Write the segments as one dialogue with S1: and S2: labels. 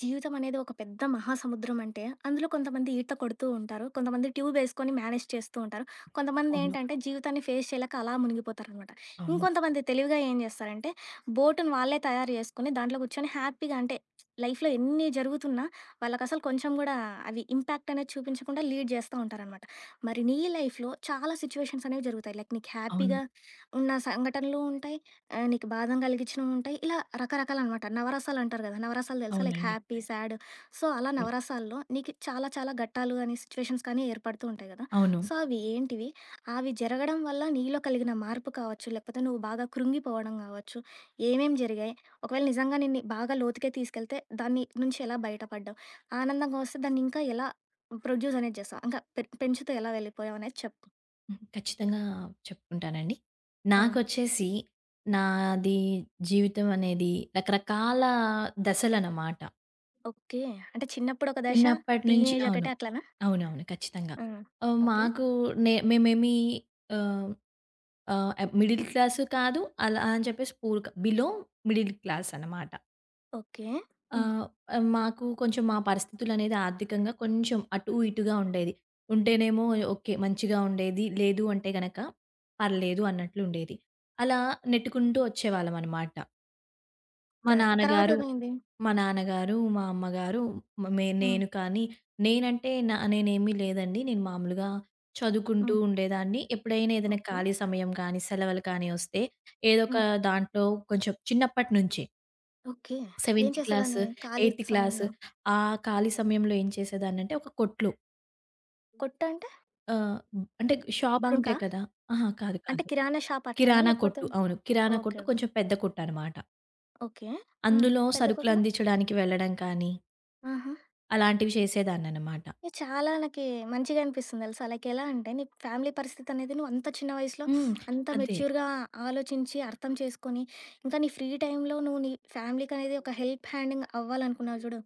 S1: జీవితం అనేది ఒక పెద్ద మహాసముద్రం అంటే, అందులో కొంతమంది ఈత కొడుతూ ఉంటారు. కొంతమంది ట్యూబ్ ఏసుకొని మేనేజ్ చేస్తూ ఉంటారు. కొంతమంది
S2: అవును.
S1: ఏంటంటే, జీవితాన్ని ఫేస్ చేయలేక అలా మునిగిపోతారనమాట.
S2: అవును.
S1: ఇంకొంతమంది తెలివిగా ఏం జేస్తారంటే, బోటుని వాళ్ళే తయారు జేసుకొని, దాంట్లో కూర్చొని హ్యాపీగా అంటే, లైఫ్‌లో ఎన్ని జరుగుతున్నా, వాళ్ళకసలు కొంచెం గూడా అవి ఇంపాక్ట్ అనేది చూపించకుండా లీడ్ జేస్తా ఉంటారనమాట. మరి నీ లైఫ్‌లో చాలా సిచ్యువేషన్స్ అనేవి జరుగుతాయి. లైక్ నీకు
S2: అవును.
S1: హ్యాపీగా ఉన్న సంఘటనలు ఉంటాయి. ఆ! నీకు బాధం కలిగించినవుంటాయి. ఇలా రకరకాలనమాట. నవరసాలు అంటారు కదా! నవరసాలు తెలుసా? లైక్
S2: అవునండి.
S1: Happy, sad. సో, అలా
S2: హ్మ్.
S1: నవరసాల్లో నీకు చాలా చాలా ఘట్టాలు గాని, సిట్యుయేషన్స్ కానీ ఏర్పడుతూ ఉంటాయి కదా!
S2: అవును.
S1: సో, అవి ఏంటివి? అవి జరగడం వల్ల నీలో కలిగిన మార్పు కావచ్చు, లేకపోతే నువ్వు బాగా కృంగిపోవడం కావచ్చు, ఏమేం జరిగాయి? ఒకవేళ నిజంగా నిన్ని బాగా లోతుకే తీసుకెళ్తే దాన్ని నుంచి ఎలా బయటపడ్డావు? ఆనందంగా వస్తే దాన్ని ఇంకా ఎలా ప్రొడ్యూస్ అనేది చేస్తావు? ఇంకా పెంచుతూ ఎలా వెళ్ళిపోయావనేది చెప్పు.
S2: హ్మ్. ఖచ్చితంగా చెప్పుకుంటానండి.
S1: ఆ!
S2: నాకొచ్చేసి నాది జీవితం అనేది రకరకాల దశలనమాట.
S1: ఓకే. అంటే చిన్నప్పుడు ఒక దశ,
S2: చిన్నప్పటి నుంచి
S1: టీనేజ్
S2: అవును.
S1: ఒకటి అట్లనా?
S2: అవునవును. ఖచ్చితంగా.
S1: ఆ! ఓకే.
S2: మాకు మేమేమి ఆహ్, ఆహ్, మిడిల్ క్లాసు కాదు. అలా అని చెప్పేసి బిలో మిడిల్ క్లాస్ అనమాట.
S1: ఓకే. హ్మ్.
S2: ఆహ్, మాకు కొంచెం మా పరిస్థితులనేది ఆర్థికంగా కొంచెం అటు ఇటుగా ఉండేది. ఉంటేనేమో ఓకే. మంచిగా ఉండేది. లేదు అంటే గనక పర్లేదు అన్నట్లు ఉండేది. అలా నెట్టుకుంటూ వచ్చేవాళ్ళమనమాట. మా
S1: తర్
S2: నాన్నగారు
S1: తర్వాతేమైంది?
S2: మా నాన్నగారు, మా అమ్మగారు మ మే
S1: హ్మ్.
S2: నేను కానీ నేనంటే నేనేమీ లేదండి. నేను మామూలుగా చదువుకుంటూ
S1: హ్మ్.
S2: ఉండేదాన్ని. ఎప్పుడైనా ఏదైనా
S1: ఓకే.
S2: ఖాళీ సమయం కానీ, సెలవులు కానీ వస్తే ఏదో ఒక
S1: హ్మ్.
S2: దాంట్లో కొంచెం చిన్నప్పటి నుంచే.
S1: ఓకే. ఏం
S2: సెవెంత్ క్లాస్,
S1: చేసేదానివి ఖాళీ
S2: ఎయిత్ క్లాస్.
S1: సమయంలో?
S2: ఆ ఖాళీ సమయంలో ఏం చేసేదాన్నంటే ఒక కొట్లు,
S1: కొట్టంటే
S2: ఆహ్, అంటే
S1: బంకా?
S2: షాపులుంటాయి కదా! అహా! కాదు.
S1: అంటే
S2: కాదు.
S1: కిరాణా షాప్ అట్లనా?
S2: కిరాణా
S1: లేకపోతే
S2: కొట్టు. అవును. కిరాణా
S1: ఓకే.
S2: కొట్టు కొంచెం పెద్ద కొట్టనమాట.
S1: ఓకే. ఆ!
S2: అందులో
S1: పెద్ద
S2: సరుకులు
S1: కొట్లో?
S2: అందించడానికి వెళ్ళడం కానీ
S1: ఆహా!
S2: అలాంటివి చేసేదాన్ననమాట.
S1: ఇది చాలా నాకి మంచిగా అనిపిస్తుంది తెలుసా? లైక్ ఎలా అంటే నీ ఫ్యామిలీ పరిస్థితి అనేది నువ్వు అంత చిన్న వయసులో
S2: హ్మ్.
S1: అంత
S2: అదే.
S1: మెచ్యూర్‌గా ఆలోచించి, అర్థం చేసుకొని, ఇంకా నీ ఫ్రీ టైమ్‌లో నువ్వు నీ ఫ్యామిలీకనేది ఒక హెల్ప్ హ్యాండింగ్ అవ్వాలనుకున్నావు చూడు.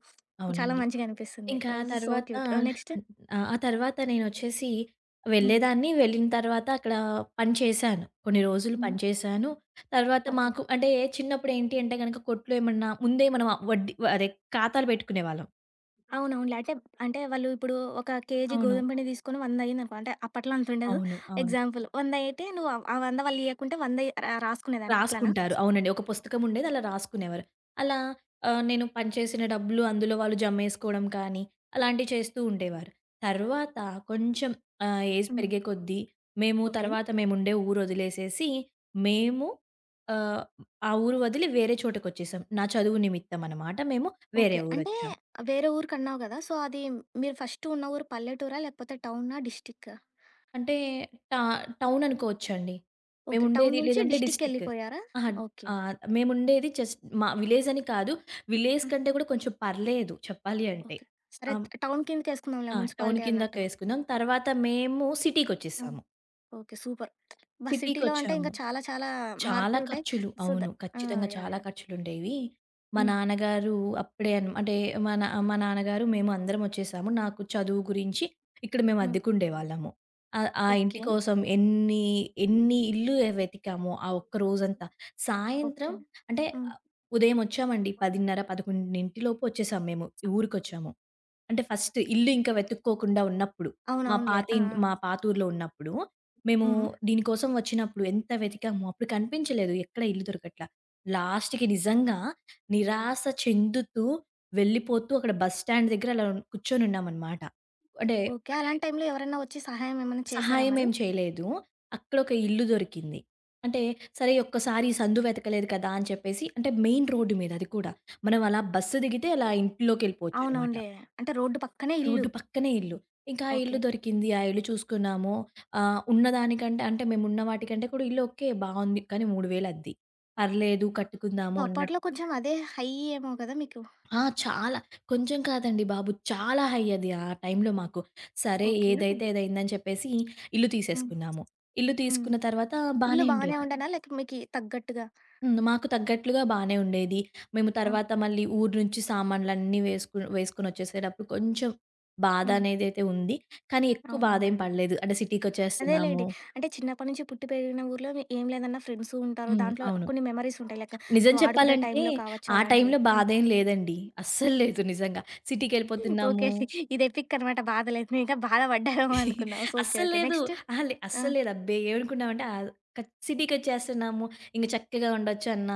S1: చాలా
S2: అవునండి.
S1: మంచిగా అనిపిస్తుంది.
S2: ఇంకా ఆ
S1: సో
S2: తర్వాత
S1: క్యూట్. నెక్స్ట్?
S2: ఆ! ఆ తర్వాత నేనొచ్చేసి
S1: హ్మ్.
S2: వెళ్ళేదాన్ని. వెళ్ళిన తర్వాత అక్కడ పని చేశాను. కొన్ని రోజులు
S1: హ్మ్.
S2: పని చేశాను. తర్వాత
S1: ఓకే.
S2: మాకు అంటే చిన్నప్పుడేంటి అంటే గనక కొట్లో ఏమన్నా ముందే మనం వడ్డీ అదే ఖాతాలు పెట్టుకునేవాళ్ళం.
S1: అవునవునులే. అంటే, అంటే వాళ్ళు ఇప్పుడు ఒక కేజీ
S2: అవును.
S1: గోధుమ పిండి తీసుకొని 100 అయిందనుకో, అంటే అప్పట్లో అంతుండదు.
S2: అవును. అవును.
S1: ఎగ్జాంపుల్ 100 అయితే నువ్వు ఆ 100 వాళ్ళు ఇయ్యకుంటే 100 రాసుకునేదానివా అట్లానా?
S2: రాసుకుంటారు. అవునండి. ఒక పుస్తకం ఉండేది. అలా రాసుకునేవారు. అలా నేను పనిచేసిన డబ్బులు అందులో వాళ్ళు జమేసుకోవడం కానీ, అలాంటివి చేస్తూ ఉండేవారు. తర్వాత కొంచెం ఏజ్
S1: హ్మ్.
S2: పెరిగే కొద్దీ మేము
S1: ఓకే.
S2: తర్వాత మేముండే ఊరు వదిలేసేసి, మేము ఆహ్, ఆ ఊరు వదిలి వేరే చోటకొచ్చేసాం. నా చదువు నిమిత్తం అన్నమాట. మేము వేరే
S1: ఓకే. అంటే
S2: ఊరొచ్చాం.
S1: వేరే ఊరికన్నావు కదా! సో అది మీరు ఫస్ట్ ఉన్న ఊరు పల్లెటూరా? లేకపోతే టౌనా? డిస్ట్రిక్కా?
S2: అంటే టా టౌన్ అనుకోవచ్చండి.
S1: ఓకే. టౌన్
S2: మేముండేది
S1: నుంచి
S2: లేదంటే డిస్ట్రిక్ట్.
S1: డిస్ట్రిక్‌కెళ్ళిపోయారా?
S2: అహా!
S1: ఓకే.
S2: మేముండేది జస్ట్ మా విలేజ్ అని కాదు. విలేజ్
S1: హ్మ్.
S2: కంటే కూడా కొంచెం పర్లేదు చెప్పాలి అంటే.
S1: ఓకే. సరే
S2: ఆహ్,
S1: టౌన్ కిందకేసుకుందాంలే
S2: ఆ! టౌన్
S1: మున్సిపాలిటీ అన్నట్టు.
S2: కిందకేసుకున్నాం. తర్వాత మేము సిటీకొచ్చేసాము.
S1: ఓకే. సూపర్. అబ్బా! సిటీలో అంటే
S2: సిటీకొచ్చాము.
S1: ఇంకా చాలా చాలా
S2: చాలా
S1: మార్పులుంటాయి.
S2: ఖర్చులు.
S1: సో, ద
S2: అవును.
S1: ఆ!
S2: ఖచ్చితంగా
S1: యాహ్!
S2: చాలా
S1: యాహ్!
S2: ఖర్చులుండేవి. మా
S1: హ్మ్.
S2: నాన్నగారు అప్పుడే అంటే మా నాన్నగారు, మేము అందరం ఒచ్చేసాము. నాకు చదువు గురించి ఇక్కడ మేము
S1: హ్మ్.
S2: అద్దెకుండేవాళ్ళము. ఆ ఆ ఇంటి
S1: ఓకే.
S2: కోసం ఎన్ని, ఎన్ని ఇల్లు వెతికామో ఆ ఒక్క రోజంతా.
S1: ఓకే.
S2: సాయంత్రం అంటే,
S1: హ్మ్.
S2: ఆహ్, ఉదయం ఒచ్చామండి. 10:30, 11 లోపు ఒచ్చేసాం మేము. ఊరికొచ్చాము. అంటే ఫస్ట్ ఇల్లు ఇంకా వెతుక్కోకుండా ఉన్నప్పుడు.
S1: అవునవునులే. ఆ! ఆ!
S2: మా పాత ఊర్లో ఉన్నప్పుడు. మేము
S1: హుహు.
S2: దీనికోసం వచ్చినప్పుడు ఎంత వెతికామో అప్పుడు కనిపించలేదు. ఎక్కడ ఇల్లు దొరకట్లా. లాస్ట్‌కి నిజంగా నిరాశ చెందుతూ వెళ్ళిపోతూ అక్కడ బస్ స్టాండ్ దగ్గర అలా కూర్చొనున్నామనమాట. అంటే
S1: ఓకే. అలాంటి టైంలో ఎవరైనా వచ్చి సహాయం ఏమైనా చేసారా
S2: సహాయం
S1: మరి?
S2: ఏం చేయలేదు. అక్కడొక ఇల్లు దొరికింది. అంటే సరే ఒక్కసారి ఈ సందు వెతకలేదు కదా! అని చెప్పేసి, అంటే మెయిన్ రోడ్డు మీద అది కూడా. మనం అలా బస్సు దిగితే అలా ఇంట్లోకెళ్ళిపోవచ్చనమాట.
S1: అవునవునులే. అంటే రోడ్డు పక్కనే ఇల్లు.
S2: రోడ్డు పక్కనే ఇల్లు. ఇంకా ఆ ఇల్లు
S1: ఓకే.
S2: దొరికింది. ఆ ఇల్లు చూసుకున్నాము. ఉన్నదానికంటే అంటే మేమున్న వాటికంటే కూడా ఇల్లు ఓకే. బావుంది. కానీ 3,000 అద్ది. పర్లేదు
S1: సో,
S2: కట్టుకుందాము
S1: అప్పట్లో
S2: అన్నట్టు.
S1: కొంచెం అదే హై ఏమో కదా మీకు?
S2: ఆ! చాలా. కొంచెం కాదండి బాబు. చాలా హై అది ఆ టైంలో మాకు. సరే
S1: ఓకే.
S2: ఏదైతే అదయిందని చెప్పేసి ఇల్లు
S1: హ్మ్.
S2: తీసేసుకున్నాము. ఇల్లు
S1: హ్మ్.
S2: తీసుకున్న తర్వాత
S1: ఇల్లు
S2: బానే
S1: బాగానే
S2: ఉండేది.
S1: ఉండేనా? లేక మీకి తగ్గట్టుగా?
S2: హ్మ్. మాకు తగ్గట్లుగా బానే ఉండేది. మేము
S1: ఆ!
S2: తర్వాత మళ్ళీ ఊరు నుంచి సామాన్లన్నీ వేసుకొనొచ్చేసేటప్పుడు కొంచెం బాధ
S1: హ్మ్.
S2: అనేదైతే ఉంది. కానీ ఎక్కువ బాధేం
S1: అవునవునులెండి.
S2: పడలేదు. అంటే సిటీకొచ్చేస్తున్నాము.
S1: అదేలేండి. అంటే చిన్నప్పటి నుంచి పుట్టి పెరిగిన ఊర్లో మీ ఏం లేదన్నా ఫ్రెండ్స్ ఉంటారు.
S2: హ్మ్.
S1: దాంట్లో
S2: అవును.
S1: కొన్ని మెమోరీస్ ఉంటాయి. లైక్
S2: నిజం
S1: నువ్వు ఆడుకునే
S2: చెప్పాలంటే
S1: టైంలో కావచ్చు
S2: ఆ
S1: అలాంటివి.
S2: టైంలో
S1: హ్మ్.
S2: బాధేం లేదండి. అస్సలు లేదు నిజంగా.
S1: ఓకే.
S2: సిటీకెళ్ళిపోతున్నాము.
S1: ఇది ఎపిక్ అనమాట బాధ లేదు. నువ్వు ఇంకా బాధ పడ్డావేమో అనుకున్నావు. So okay.
S2: అస్సలు
S1: ఓకే.
S2: లేదు.
S1: నెక్స్ట్?
S2: అహా!
S1: ఆ!
S2: అస్సలు లేదు. అబ్బే! ఏమనుకున్నామంటే, సిటీకొచ్చేస్తున్నాము. ఇంక చక్కగా ఉండొచ్చు అన్న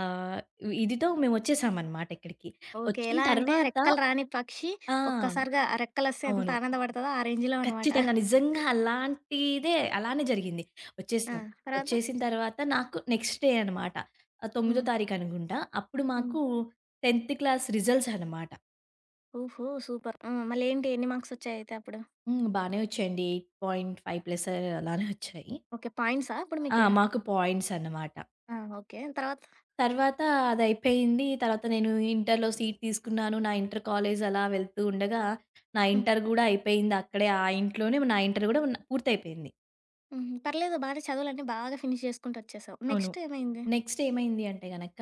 S2: ఆహ్, ఇదితో మేమొచ్చేసామనమాట ఇక్కడికి.
S1: ఓకే.
S2: వచ్చిన
S1: ఎలా అంటే
S2: తర్వాత
S1: రెక్కలు రాని పక్షి
S2: ఆ!
S1: ఒక్కసారిగా ఆ రెక్కలొస్తే ఎంత
S2: అవును.
S1: ఆనందపడతదో ఆ రేంజ్‌లో అనమాట.
S2: ఖచ్చితంగా. నిజంగా అలాంటిదే అలానే జరిగింది.
S1: ఆ!
S2: వచ్చేసాం.
S1: తర్వాత?
S2: వచ్చేసిన తర్వాత నాకు నెక్స్ట్ డే అనమాట. 9
S1: హ్మ్.
S2: తారీఖు అనుకుంటా. అప్పుడు
S1: హ్మ్.
S2: మాకు 10థ్ క్లాస్ రిజల్ట్స్ అనమాట.
S1: ఓహో! సూపర్. హ్మ్. మళ్ళేంటి ఎన్ని మార్క్స్ వచ్చాయి అయితే అప్పుడు?
S2: హ్మ్. బానే వచ్చాయండి. 8.5 ప్లస్ అలానే వచ్చాయి.
S1: ఓకే. పాయింట్సా అప్పుడు
S2: ఆ!
S1: మీకు?
S2: మాకు పాయింట్స్ అనమాట.
S1: ఆ! ఓకే. తర్వాత?
S2: తర్వాత అదయిపోయింది. తర్వాత నేను ఇంటర్‌లో సీట్ తీసుకున్నాను. నా ఇంటర్ కాలేజ్ అలా వెళ్తూ ఉండగా, నా
S1: హ్మ్.
S2: ఇంటర్ గూడా అయిపోయింది. అక్కడే ఆ ఇంట్లోనే నా ఇంటర్ గూడా పూర్తయిపోయింది.
S1: హుహు. పర్లేదు బానే చదువులన్నీ బాగా ఫినిష్ జేసుకుంటూ వచ్చేసావు.
S2: అవును.
S1: నెక్స్ట్ ఏమైంది?
S2: నెక్స్ట్ ఏమైంది అంటే గనక,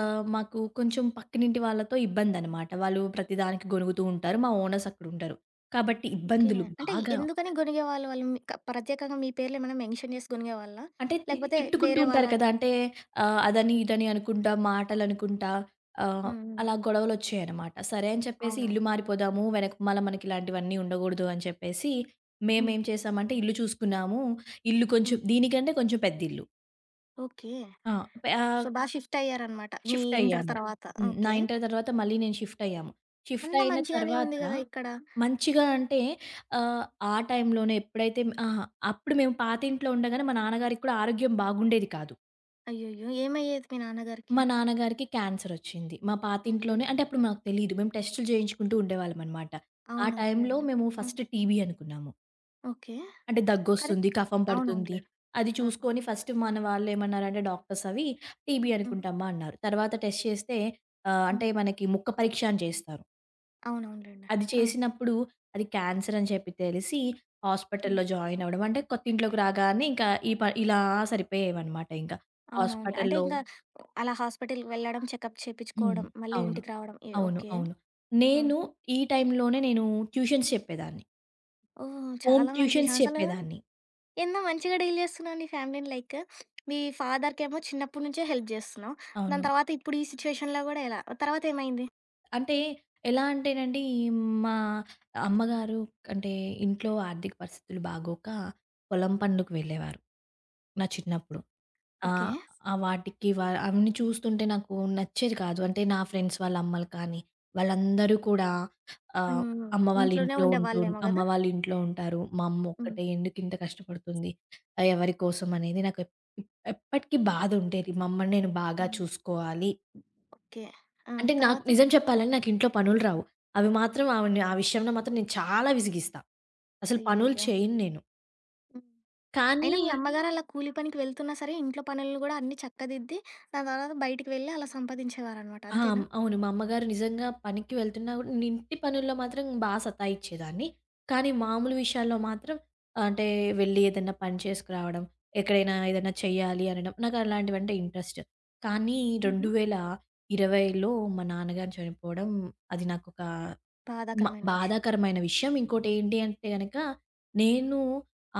S2: మాకు కొంచెం పక్కనింటి వాళ్ళతో ఇబ్బందనమాట. వాళ్ళు ప్రతిదానికి గొణుగుతూ ఉంటారు. మా ఓనర్స్ అక్కడుంటారు. కాబట్టి
S1: ఓకే.
S2: ఇబ్బందులు
S1: అంటే
S2: బాగా.
S1: ఎందుకని గొనిగేవాళ్ళు? వాళ్ళు వాళ్ళు మీ క ప్రత్యేకంగా మీ పేర్లు ఏమైనా మెన్షన్ జేసి గొనిగేవాళ్ళా?
S2: అంటే
S1: లేకపోతే
S2: తిట్టుకుంటూ
S1: వేరే వాళ్ళ
S2: ఉంటారు కదా! అంటే అదని ఇదని అనుకుంటా, మాటలనుకుంటా, ఆహ్,
S1: హ్మ్. హ్మ్.
S2: అలా గొడవలొచ్చాయనమాట. సరే అని చెప్పేసి ఇల్లు
S1: అవునవును.
S2: మారిపోదాము. వెనకమాల మనకి ఇలాంటివన్నీ ఉండగూడదు అని చెప్పేసి
S1: హ్మ్.
S2: మేమేం చేశామంటే ఇల్లు చూసుకున్నాము. ఇల్లు కొంచెం
S1: హ్మ్.
S2: దీనికంటే కొంచెం పెద్దిల్లు.
S1: ఓకే.
S2: ఆ! పే ఆహ్
S1: సో, బా షిఫ్ట్ అయ్యారనమాట మీ
S2: షిఫ్ట్
S1: ఇంటర్
S2: అయ్యాము.
S1: తర్వాత.
S2: హ్మ్. నా
S1: ఓకే.
S2: ఇంటర్ తర్వాత మళ్ళీ నేను షిఫ్ట్ అయ్యాము. షిఫ్ట్
S1: అంతా
S2: అయిన
S1: మంచిగానే
S2: తర్వాత
S1: ఉంది గదా! ఇక్కడ.
S2: మంచిగా అంటే ఆహ్, ఆ టైంలోనే ఎప్పుడైతే అహా! అప్పుడు మేము పాతింట్లో ఉండగానే మా నాన్నగారికి కూడా ఆరోగ్యం బాగుండేది కాదు.
S1: అయ్యయ్యో! ఏమయ్యేది మీ నాన్నగారికి?
S2: మా నాన్నగారికి క్యాన్సర్ వచ్చింది. మా
S1: అయ్యో!
S2: పాతింట్లోనే అంటే అప్పుడు మాకు తెలీదు. మేము టెస్టులు చేయించుకుంటూ ఉండేవాళ్ళమనమాట. ఆ టైంలో
S1: అవునవునులెండి.
S2: మేము
S1: హ్మ్.
S2: ఫస్ట్ టీబీ అనుకున్నాము.
S1: ఓకే.
S2: అంటే దగ్గొస్తుంది,
S1: కరెక్ట్.
S2: కఫం పడుతుంది.
S1: అవునవునులెండి.
S2: అది
S1: హ్మ్.
S2: చూసుకొని ఫస్ట్ మన వాళ్ళేమన్నారంటే డాక్టర్స్ అవి టీబీ
S1: హ్మ్.
S2: అనుకుంటమ్మా అన్నారు. తర్వాత టెస్ట్ చేస్తే
S1: హ్మ్.
S2: అంటే మనకి ముక్క పరీక్ష అని చేస్తారు.
S1: అవునవునులెండి.
S2: అది
S1: ఆ!
S2: చేసినప్పుడు అది క్యాన్సర్ అని చెప్పి తెలిసి
S1: హ్మ్.
S2: హాస్పిటల్‌లో జాయిన్ అవ్వడం. అంటే కొత్త ఇంట్లోకి రాగానే ఇంకా ఈ ప ఇలా సరిపోయేవన్నమాట ఇంకా.
S1: అవునవునులే. అంటే
S2: హాస్పిటల్‌లో
S1: ఇంకా అలా హాస్పిటల్‌కి వెళ్ళడం, చెకప్
S2: హ్మ్.
S1: చేపిచ్చుకోవడం, మళ్ళీ
S2: అవును.
S1: ఇంటికి రావడం. ఎ
S2: అవును.
S1: ఓకే.
S2: అవును.
S1: ఆ!
S2: నేను ఈ టైంలోనే నేను ట్యూషన్స్ చెప్పేదాన్ని.
S1: ఓహ్!
S2: హోమ్
S1: చాలా మంచి విషయం.
S2: ట్యూషన్స్
S1: అసలు
S2: చెప్పేదాన్ని.
S1: ఏందో మంచిగా డీల్ చేస్తున్నావు నీ ఫ్యామిలీని. లైక్ మీ ఫాదర్‌కేమో చిన్నప్పటి నుంచే హెల్ప్ చేస్తున్నావు.
S2: అవును.
S1: దాని తర్వాత ఇప్పుడు ఈ సిట్యుయేషన్‌లో గూడా ఎలా? తర్వాత ఏమైంది?
S2: అంటే ఎలా అంటేనండి, మా అమ్మగారు అంటే ఇంట్లో ఆర్థిక పరిస్థితులు బాగోక పొలం పనులకు వెళ్ళేవారు నా చిన్నప్పుడు.
S1: ఓకే.
S2: ఆహ్, ఆ వాటికి వ అవన్నీ చూస్తుంటే నాకు నచ్చేది కాదు. అంటే నా ఫ్రెండ్స్ వాళ్ళ అమ్మలు కానీ, వాళ్ళందరూ కూడా ఆహ్,
S1: హ్మ్.
S2: అమ్మ వాళ్ళ
S1: ఇంట్లోనే
S2: ఇంట్లో ఉంటూ
S1: ఉండేవాళ్ళేమో
S2: అమ్మ
S1: గదా!
S2: వాళ్ళ ఇంట్లో ఉంటారు. మా అమ్మ
S1: హ్మ్.
S2: ఒక్కటే ఎందుకింత కష్టపడుతుంది? ఆ, ఎవరి కోసం అనేది నాకు ఎప్పటికి బాధ ఉండేది. మా అమ్మని నేను బాగా
S1: హ్మ్.
S2: చూసుకోవాలి.
S1: ఓకే. ఆ!
S2: అంటే నాకు
S1: తర్వాత?
S2: నిజం చెప్పాలంటే నాకు ఇంట్లో పనులు రావు. అవి మాత్రం ఆవిడని ఆ విషయంలో మాత్రం నేను చాలా విసిగిస్తా. అసలు పనులు
S1: అయ్యయ్యో!
S2: చేయను నేను.
S1: హ్మ్.
S2: కానీ
S1: అయినా మీ అమ్మగారు అలా కూలి పనికి వెళ్తున్నా సరే, ఇంట్లో పనులను గూడా అన్నీ చక్కదిద్ది, దాని తర్వాత బయటికి వెళ్ళి అలా సంపాదించేవారనమాట.
S2: ఆ!
S1: అంతేనా?
S2: అవును. మా అమ్మగారు నిజంగా పనికి వెళ్తున్నా కూడా నేను ఇంటి పనుల్లో మాత్రం సతాయిచ్చేదాన్ని. కానీ మామూలు విషయాల్లో మాత్రం అంటే వెళ్లి ఏదైనా పని చేసుకురావడం, ఎక్కడైనా ఏదైనా చేయాలి అనడం నాకు అలాంటివంటే ఇంట్రెస్ట్. కానీ
S1: హుహు.
S2: 2020లో మా నాన్నగారు చనిపోవడం అది నాకొక
S1: బాధాకరమైన విషయం.
S2: బాధాకరమైన విషయం. ఇంకోటేంటి అంటే గనక, నేను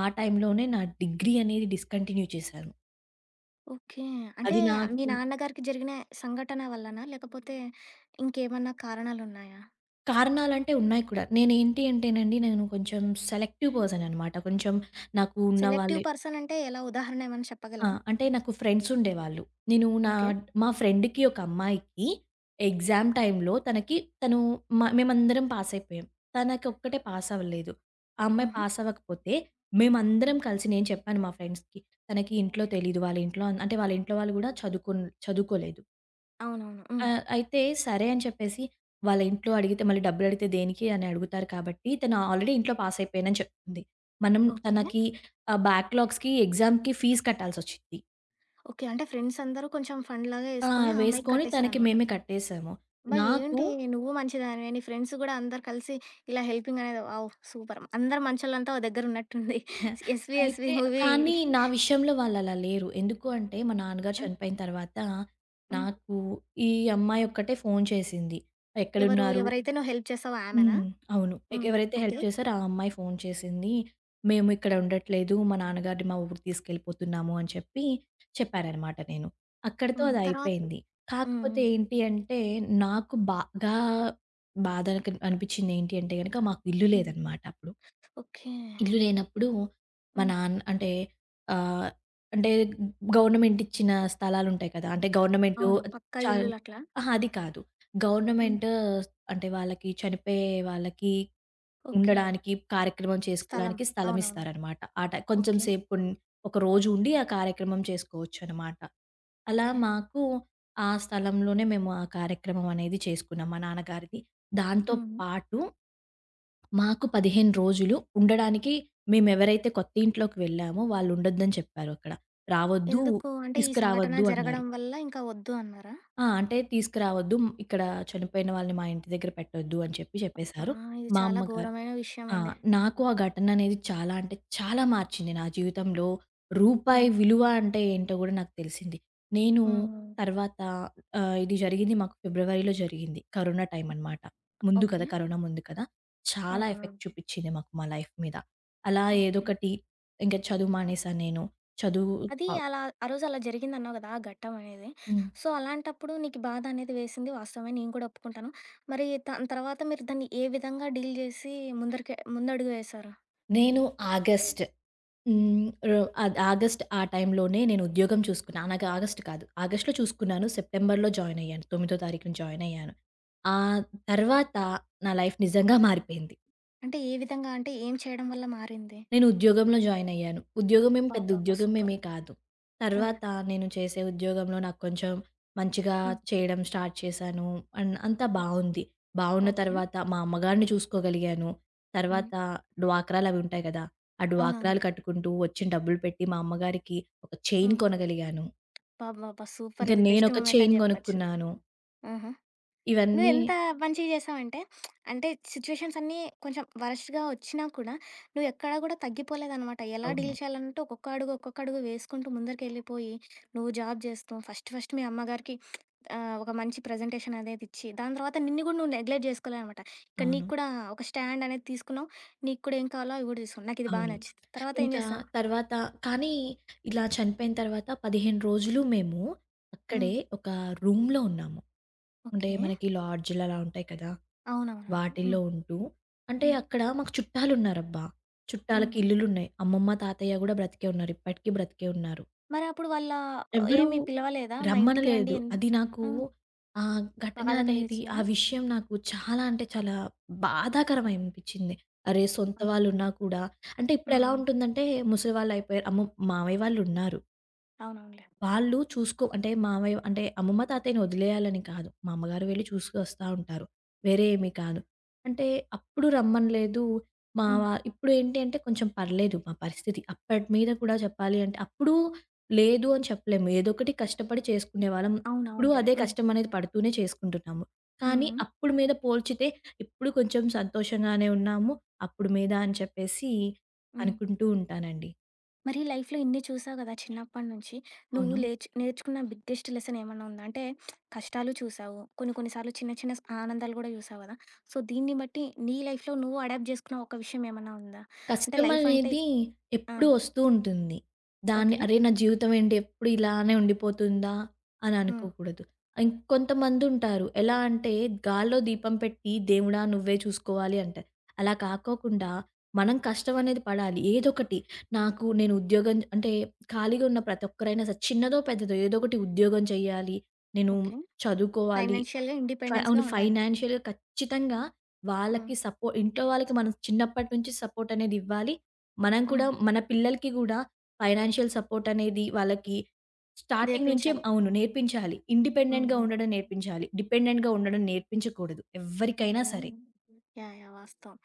S2: ఆ టైంలోనే నా డిగ్రీ అనేది డిస్కంటిన్యూ చేశాను.
S1: ఓకే. అంటే
S2: అది
S1: మీ
S2: నాకు
S1: నాన్నగారికి జరిగిన సంఘటన వల్లనా? లేకపోతే ఇంకేమన్నా కారణాలున్నాయా?
S2: కారణాలంటే ఉన్నాయి కూడా. నేనేంటి అంటేనండి, నేను కొంచెం సెలెక్టివ్ పర్సన్ అనమాట. కొంచెం నాకు ఉన్న వాళ్ళ
S1: సెలెక్టివ్ పర్సన్ అంటే ఎలా? ఉదాహరణ ఏమన్నా
S2: ఆ!
S1: చెప్పగలవా?
S2: అంటే నాకు ఫ్రెండ్స్ ఉండేవాళ్ళు. నేను నా
S1: ఓకే.
S2: మా ఫ్రెండ్‌కి ఒక అమ్మాయికి ఎగ్జామ్ టైమ్‌లో తనకి తను మేమందరం పాస్ అయిపోయాం. తనకొక్కటే పాస్ అవ్వలేదు. ఆ అమ్మాయి
S1: హుహు.
S2: పాస్ అవ్వకపోతే మేమందరం కలిసి నేను చెప్పాను మా ఫ్రెండ్స్‌కి. తనకి ఇంట్లో తెలీదు. వాళ్ళ ఇంట్లో అంటే వాళ్ళ ఇంట్లో వాళ్ళు కూడా చదువుకోలేదు.
S1: అవునవును. హ్మ్.
S2: అయితే సరే అని చెప్పేసి వాళ్ళ ఇంట్లో అడిగితే మళ్ళీ డబ్బులు అడిగితే దేనికి అని అడుగుతారు కాబట్టి తను ఆల్రెడీ ఇంట్లో పాస్ అయిపోయానని చెప్తుంది. మనం
S1: ఓకే.
S2: తనకి బ్యాక్‌లాగ్స్‌కి ఎగ్జామ్‌కి ఫీజ్ కట్టాల్సొచ్చింది.
S1: ఓకే. అంటే ఫ్రెండ్స్ అందరూ కొంచెం ఫండ్‌లాగా
S2: ఆ!
S1: యేసుకొని ఆ అమ్మాయికి
S2: వేసుకొని తనకి
S1: కట్టేసారనమాట.
S2: మేమే కట్టేసాము.
S1: అబ్బా!
S2: నాకు
S1: ఏంటి నువ్వు మంచిదానివే, నీ ఫ్రెండ్స్ గూడా అందరూ కలిసి ఇలా హెల్పింగ్ అనేది వావ్! సూపర్. అందరు మంచోళ్ళంతా ఓ దగ్గర ఉన్నట్టుంది. 'ఎస్వీ ఎస్వీ'
S2: అయితే
S1: మూవీ
S2: కానీ నా విషయంలో వాళ్ళలా లేరు. ఎందుకు అంటే మా నాన్నగారు
S1: ఆ!
S2: చనిపోయిన తర్వాత
S1: హ్మ్.
S2: నాకు ఈ అమ్మాయి ఒక్కటే ఫోను చేసింది.
S1: ఎవరు?
S2: ఎక్కడున్నారు?
S1: ఎవరైతే నువ్వు హెల్ప్ చేసావో ఆమెనా?
S2: హ్మ్. అవును.
S1: హ్మ్.
S2: ఎవరైతే హెల్ప్
S1: ఓకే.
S2: చేసారో ఆ అమ్మాయి ఫోను చేసింది. "మేము ఇక్కడ ఉండట్లేదు. మా నాన్నగారిని మా ఊరికి తీసుకెళ్ళిపోతున్నాము" అని చెప్పి చెప్పాననమాట నేను. అక్కడితో
S1: హ్మ్.
S2: అది
S1: తర్వాత
S2: అయిపోయింది.
S1: హ్మ్.
S2: కాకపోతే
S1: హ్మ్.
S2: ఏంటి అంటే నాకు బాగా బాధ అనిపించింది ఏంటి అంటే గనక మాకు ఇల్లు
S1: హ్మ్.
S2: లేదనమాట అప్పుడు.
S1: ఓకే.
S2: ఇల్లు
S1: హ్మ్.
S2: లేనప్పుడు మా
S1: హ్మ్.
S2: నాన్న అంటే ఆహ్, అంటే గవర్నమెంట్ ఇచ్చిన స్థలాలుంటాయి కదా! అంటే గవర్నమెంటు
S1: అవునా! పక్కా
S2: చా
S1: ఇల్లులట్లా?
S2: అహా! అది కాదు.
S1: హ్మ్.
S2: గవర్నమెంట్ అంటే వాళ్ళకి చనిపోయే వాళ్ళకి
S1: ఓకే.
S2: ఉండడానికి, కార్యక్రమం
S1: స్థలం.
S2: చేసుకోవడానికి స్థలం
S1: అవునవును.
S2: ఇస్తారనమాట. ఆ టై కొంచెం
S1: ఓకే.
S2: సేపు కొన్ ఒక రోజు ఉండి ఆ కార్యక్రమం చేసుకోవచ్చనమాట. అలా
S1: ఓకే.
S2: మాకు ఆ స్థలంలోనే మేము ఆ కార్యక్రమం అనేది చేసుకున్నాం మా నాన్నగారిది. దాంతో
S1: హ్మ్.
S2: పాటు మాకు 15 రోజులు ఉండడానికి మేమెవరైతే కొత్త ఇంట్లోకి వెళ్ళామో వాళ్ళుండొద్దని చెప్పారు అక్కడ. రావద్దు,
S1: ఎందుకు? అంటే ఈ సంఘటన
S2: తీసుకురావద్దు అన్నారు.
S1: జరగడం వల్ల ఇంకా వద్దు అన్నారా?
S2: ఆ! అంటే తీసుకురావద్దు. మ్, ఇక్కడ చనిపోయిన వాళ్ళని మా ఇంటి దగ్గర పెట్టొద్దు అని చెప్పి
S1: ఆ!
S2: చెప్పేసారు.
S1: ఇది
S2: మా
S1: చాలా
S2: అమ్మగారు
S1: ఘోరమైన విషయం
S2: ఆ!
S1: అండి.
S2: నాకు ఆ ఘటననేది చాలా అంటే చాలా మార్చింది నా జీవితంలో. రూపాయి
S1: హ్మ్.
S2: విలువ అంటే ఏంటో గూడా నాకు తెలిసింది. నేను
S1: హ్మ్.
S2: తర్వాత ఇది జరిగింది మాకు ఫిబ్రవరిలో జరిగింది. కరోనా టైమ్ అనమాట. ముందు
S1: ఓకే.
S2: కదా! కరోనా ముందు కదా!
S1: ఆ!
S2: చాలా ఎఫెక్ట్
S1: ఆ!
S2: చూపిచ్చింది మాకు మా లైఫ్ మీద. అలా
S1: ఓకే.
S2: ఏదొకటి ఇంక చదువు మానేశాను నేను. చదువు
S1: అది
S2: ఆహ్,
S1: అలా ఆ రోజు అలా జరిగిందన్నావు కదా! ఆ ఘట్టం అనేది.
S2: హ్మ్.
S1: సో, అలాంటప్పుడు నీకు బాధ అనేది వేసింది వాస్తవమే. నేను కూడా ఒప్పుకుంటాను. మరి దాని తర్వాత మీరు దాన్ని ఏ విధంగా డీల్ చేసి ముందరికి ముందడుగు వేశారు?
S2: నేను ఆగస్ట్ హ్మ్. అది ఆగస్ట్ ఆ టైంలోనే నేను ఉద్యోగం చూసుకున్నా. అనగా ఆగస్ట్ కాదు. ఆగస్ట్‌లో చూసుకున్నాను. సెప్టెంబర్‌లో జాయిన్ అయ్యాను. 9థ్ తారీఖున జాయిన్ అయ్యాను. ఆ తర్వాత నా లైఫ్ నిజంగా మారిపోయింది.
S1: అంటే ఏ విధంగా? అంటే ఏం చేయడం వల్ల మారింది?
S2: నేను ఉద్యోగంలో జాయిన్ అయ్యాను. ఉద్యోగం ఏమి పెద్ద
S1: అబ్బబ్బబ్బా!
S2: ఉద్యోగం
S1: సూపర్.
S2: ఏమీ కాదు.
S1: హ్మ్.
S2: తర్వాత నేను చేసే ఉద్యోగంలో నాకు కొంచెం మంచిగా
S1: హ్మ్.
S2: చేయడం స్టార్ట్ చేశాను. అండ్ అంతా
S1: హ్మ్.
S2: బావుంది. బావున్న
S1: ఓకే.
S2: తర్వాత మా అమ్మగారిని చూసుకోగలిగాను.
S1: హ్మ్.
S2: తర్వాత డ్వాక్రాలవి ఉంటాయి గదా! ఆ డ్వాక్రాలు
S1: అవునవునులే.
S2: కట్టుకుంటూ వచ్చిన డబ్బులు పెట్టి మా అమ్మగారికి ఒక చైన్
S1: హ్మ్.
S2: కొనగలిగాను.
S1: అబ్బబ్బబ్బా! సూపర్
S2: ఇంక
S1: ఇది బెస్ట్
S2: నేనొక
S1: మూమెంట్
S2: చైన్
S1: అని జెప్పొచ్చు.
S2: గొనుక్కున్నాను.
S1: ఆహా!
S2: ఇవన్నీ
S1: నువ్వెంత మంచిగా చేసావంటే, అంటే సిట్యుయేషన్స్ అన్నీ కొంచెం వరస్ట్‌గా వచ్చినా కూడా, నువ్వెక్కడా కూడా తగ్గిపోలేదనమాట. ఎలా డీల్
S2: అవును.
S1: చేయాలంటే ఒక్కొక్క అడుగు, ఒక్కొక్క అడుగు వేసుకుంటూ ముందరికెళ్ళిపోయి, నువ్వు జాబ్ జేస్తూ, ఫస్ట్ ఫస్ట్ మీ అమ్మగారికి ఒక మంచి ప్రెజెంటేషన్ అనేది ఇచ్చి, దాని తర్వాత నిన్ను గూడా నువ్వు నెగ్లెక్ట్ జేసుకోలేదనమాట. ఇక్కడ
S2: అవును.
S1: నీకు కూడా ఒక స్టాండ్ అనేది తీసుకున్నావు. నీకు కూడా ఏం కావాలో అవి గూడా తీసుకున్నావు. నాకిది బా
S2: అవును.
S1: నచ్చింది. తర్వాత ఏం
S2: ఇంకా
S1: జేస్తావు?
S2: తర్వాత కానీ ఇలా చనిపోయిన తర్వాత 15 రోజులు మేము
S1: హ్మ్.
S2: అక్కడే ఒక రూమ్‌లో ఉన్నాము. అంటే
S1: ఓకే.
S2: మనకి లాడ్జ్‌లలా ఉంటాయి కదా!
S1: అవునవునవును. హ్మ్.
S2: వాటిల్లో ఉంటూ అంటే
S1: హ్మ్.
S2: అక్కడ మాకు చుట్టాలున్నారబ్బా! చుట్టాలకి
S1: హుహు.
S2: ఇల్లులున్నాయి. అమ్మమ్మ, తాతయ్య గూడా బ్రతికే ఉన్నారు. ఇప్పటికి బ్రతికే ఉన్నారు.
S1: మరి అప్పుడు వాళ్ళ
S2: ఎవ్వరూ
S1: ఏమి పిలవలేదా? మా ఇంటికి రండి
S2: రమ్మనలేదు.
S1: ఎన్
S2: అది నాకు
S1: ఆ!
S2: ఆ ఘటన
S1: బాధ
S2: అనేది, ఆ
S1: కలిగించిందా?
S2: విషయం నాకు చాలా అంటే చాలా బాధాకరమై అనిపిచ్చింది. అరే! సొంత
S1: అవునవునులే.
S2: వాళ్ళున్నా కూడా అంటే
S1: హ్మ్.
S2: ఇప్పుడెలా
S1: హ్మ్.
S2: ఉంటుందంటే ముసలి వాళ్ళయిపోయారు. అమ్మో! మావయ్య వాళ్ళున్నారు.
S1: అవునవునులే.
S2: వాళ్ళు చూసుకో అంటే మావయ్య అంటే అమ్మమ్మ, తాతయ్యని వదిలేయాలని కాదు. మా అమ్మగారు వెళ్లి చూసుకొస్తా ఉంటారు. వేరే ఏమి కాదు. అంటే అప్పుడు రమ్మనలేదు. మా
S1: హ్మ్.
S2: వా ఇప్పుడేంటి అంటే కొంచెం పర్లేదు మా పరిస్థితి. అప్పటి మీద కూడా చెప్పాలి అంటే అప్పుడు లేదు అని చెప్పలేము. ఏదో ఒకటి కష్టపడి చేసుకునేవాళ్ళం. ఇప్పుడు
S1: అవునవునులే.
S2: అదే
S1: హ్మ్.
S2: కష్టం అనేది పడుతూనే చేసుకుంటున్నాము. కానీ
S1: హ్మ్.
S2: అప్పుడు మీద పోల్చితే ఇప్పుడు కొంచెం సంతోషంగానే ఉన్నాము. అప్పుడు మీద అని చెప్పేసి
S1: హ్మ్.
S2: అనుకుంటూ ఉంటానండి.
S1: మరి లైఫ్‌లో ఇన్ని చూసావు కదా! చిన్నప్పటి నుంచి. నువ్వు
S2: అవును.
S1: లేచ్ నేర్చుకున్న బిగ్గెస్ట్ లెసన్ ఏమన్నా ఉందా? అంటే కష్టాలు చూసావు. కొన్ని కొన్ని సార్లు చిన్న చిన్న స్ ఆనందాలు గూడా చూసావు గదా! సో, దీన్ని బట్టి నీ లైఫ్‌లో నువ్వు అడాప్ట్ జేసుకున్న ఒక విషయం ఏమన్నా ఉందా? అంటే లైఫ్ అంటే
S2: కష్టమనేది
S1: ఆ!
S2: ఎప్పుడూ ఒస్తూ ఉంటుంది. దాన్ని
S1: ఓకే.
S2: అరే! నా జీవితం ఏంటి ఎప్పుడు ఇలానే ఉండిపోతుందా అని
S1: హ్మ్.
S2: అనుకోకూడదు. ఇంకొంతమందుంటారు. ఎలా అంటే గాల్లో దీపం పెట్టి దేవుడా! నువ్వే చూసుకోవాలి అంటారు. అలా కాకోకుండా మనం కష్టం అనేది పడాలి. ఏదోకటి నాకు నేను ఉద్యోగం అంటే ఖాళీగా ఉన్న ప్రతి ఒక్కరైనా సరే చిన్నదో, పెద్దదో ఏదో ఒకటి ఉద్యోగం చేయాలి. నేను
S1: ఓకే.
S2: చదువుకోవాలి.
S1: ఫైనాన్షియల్‌గా ఇండిపెండెన్స్‌గా
S2: అవును.
S1: ఉండాలి.
S2: ఫైనాన్షియల్‌గా ఖచ్చితంగా
S1: హ్మ్.
S2: వాళ్ళకి సపో ఇంట్లో వాళ్ళకి మనం చిన్నప్పటి నుంచి సపోర్ట్ అనేది ఇవ్వాలి. మనం కూడా
S1: హ్మ్.
S2: మన పిల్లలకి గూడా ఫైనాన్షియల్ సపోర్ట్ అనేది వాళ్ళకి స్టార్టింగ్ నుంచే
S1: నేర్పించాలి.
S2: అవును. నేర్పించాలి.
S1: హ్మ్.
S2: ఇండిపెండెంట్‌గా
S1: హ్మ్.
S2: ఉండడం నేర్పించాలి. డిపెండెంట్‌గా ఉండడం నేర్పించకూడదు. ఎవ్వరికైనా
S1: ఓకే.
S2: సరే.
S1: యాహ్! యాహ్! వాస్తవం.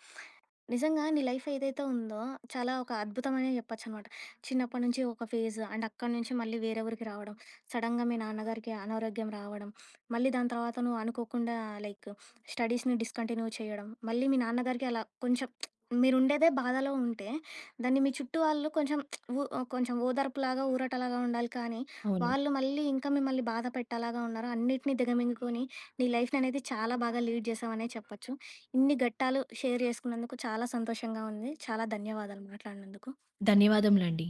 S1: నిజంగా నీ లైఫ్ ఏదైతే ఉందో, చాలా ఒక అద్భుతమనే చెప్పొచ్చనమాట. చిన్నప్పటి నుంచి ఒక ఫేజ్ అండ్ అక్కడి నుంచి మళ్ళీ వేరే ఊరికి రావడం. సడెన్‌గా మీ నాన్నగారికి అనారోగ్యం రావడం. మళ్ళీ దాని తర్వాత నువ్వు అనుకోకుండా లైక్ స్టడీస్‌ని డిస్కంటిన్యూ చేయడం. మళ్ళీ మీ నాన్నగారికి అలా కొంచెం మీరుండేదే బాధలో ఉంటే, దాన్ని మీ చుట్టూ వాళ్ళు కొంచెం ఉ కొంచెం ఓదార్పులాగా, ఊరటలాగా ఉండాలి కానీ,
S2: అవును.
S1: వాళ్ళు మళ్ళీ ఇంకా మిమ్మల్ని బాధ పెట్టేలాగా ఉన్నారు. అన్నిటిని దిగమింగుకొని నీ లైఫ్‌ననేది చాలా బాగా లీడ్ చేసావనే చెప్పొచ్చు. ఇన్ని ఘట్టాలు షేర్ చేసుకున్నందుకు చాలా సంతోషంగా ఉంది. చాలా ధన్యవాదాలు మాట్లాడినందుకు.
S2: ధన్యవాదములండి.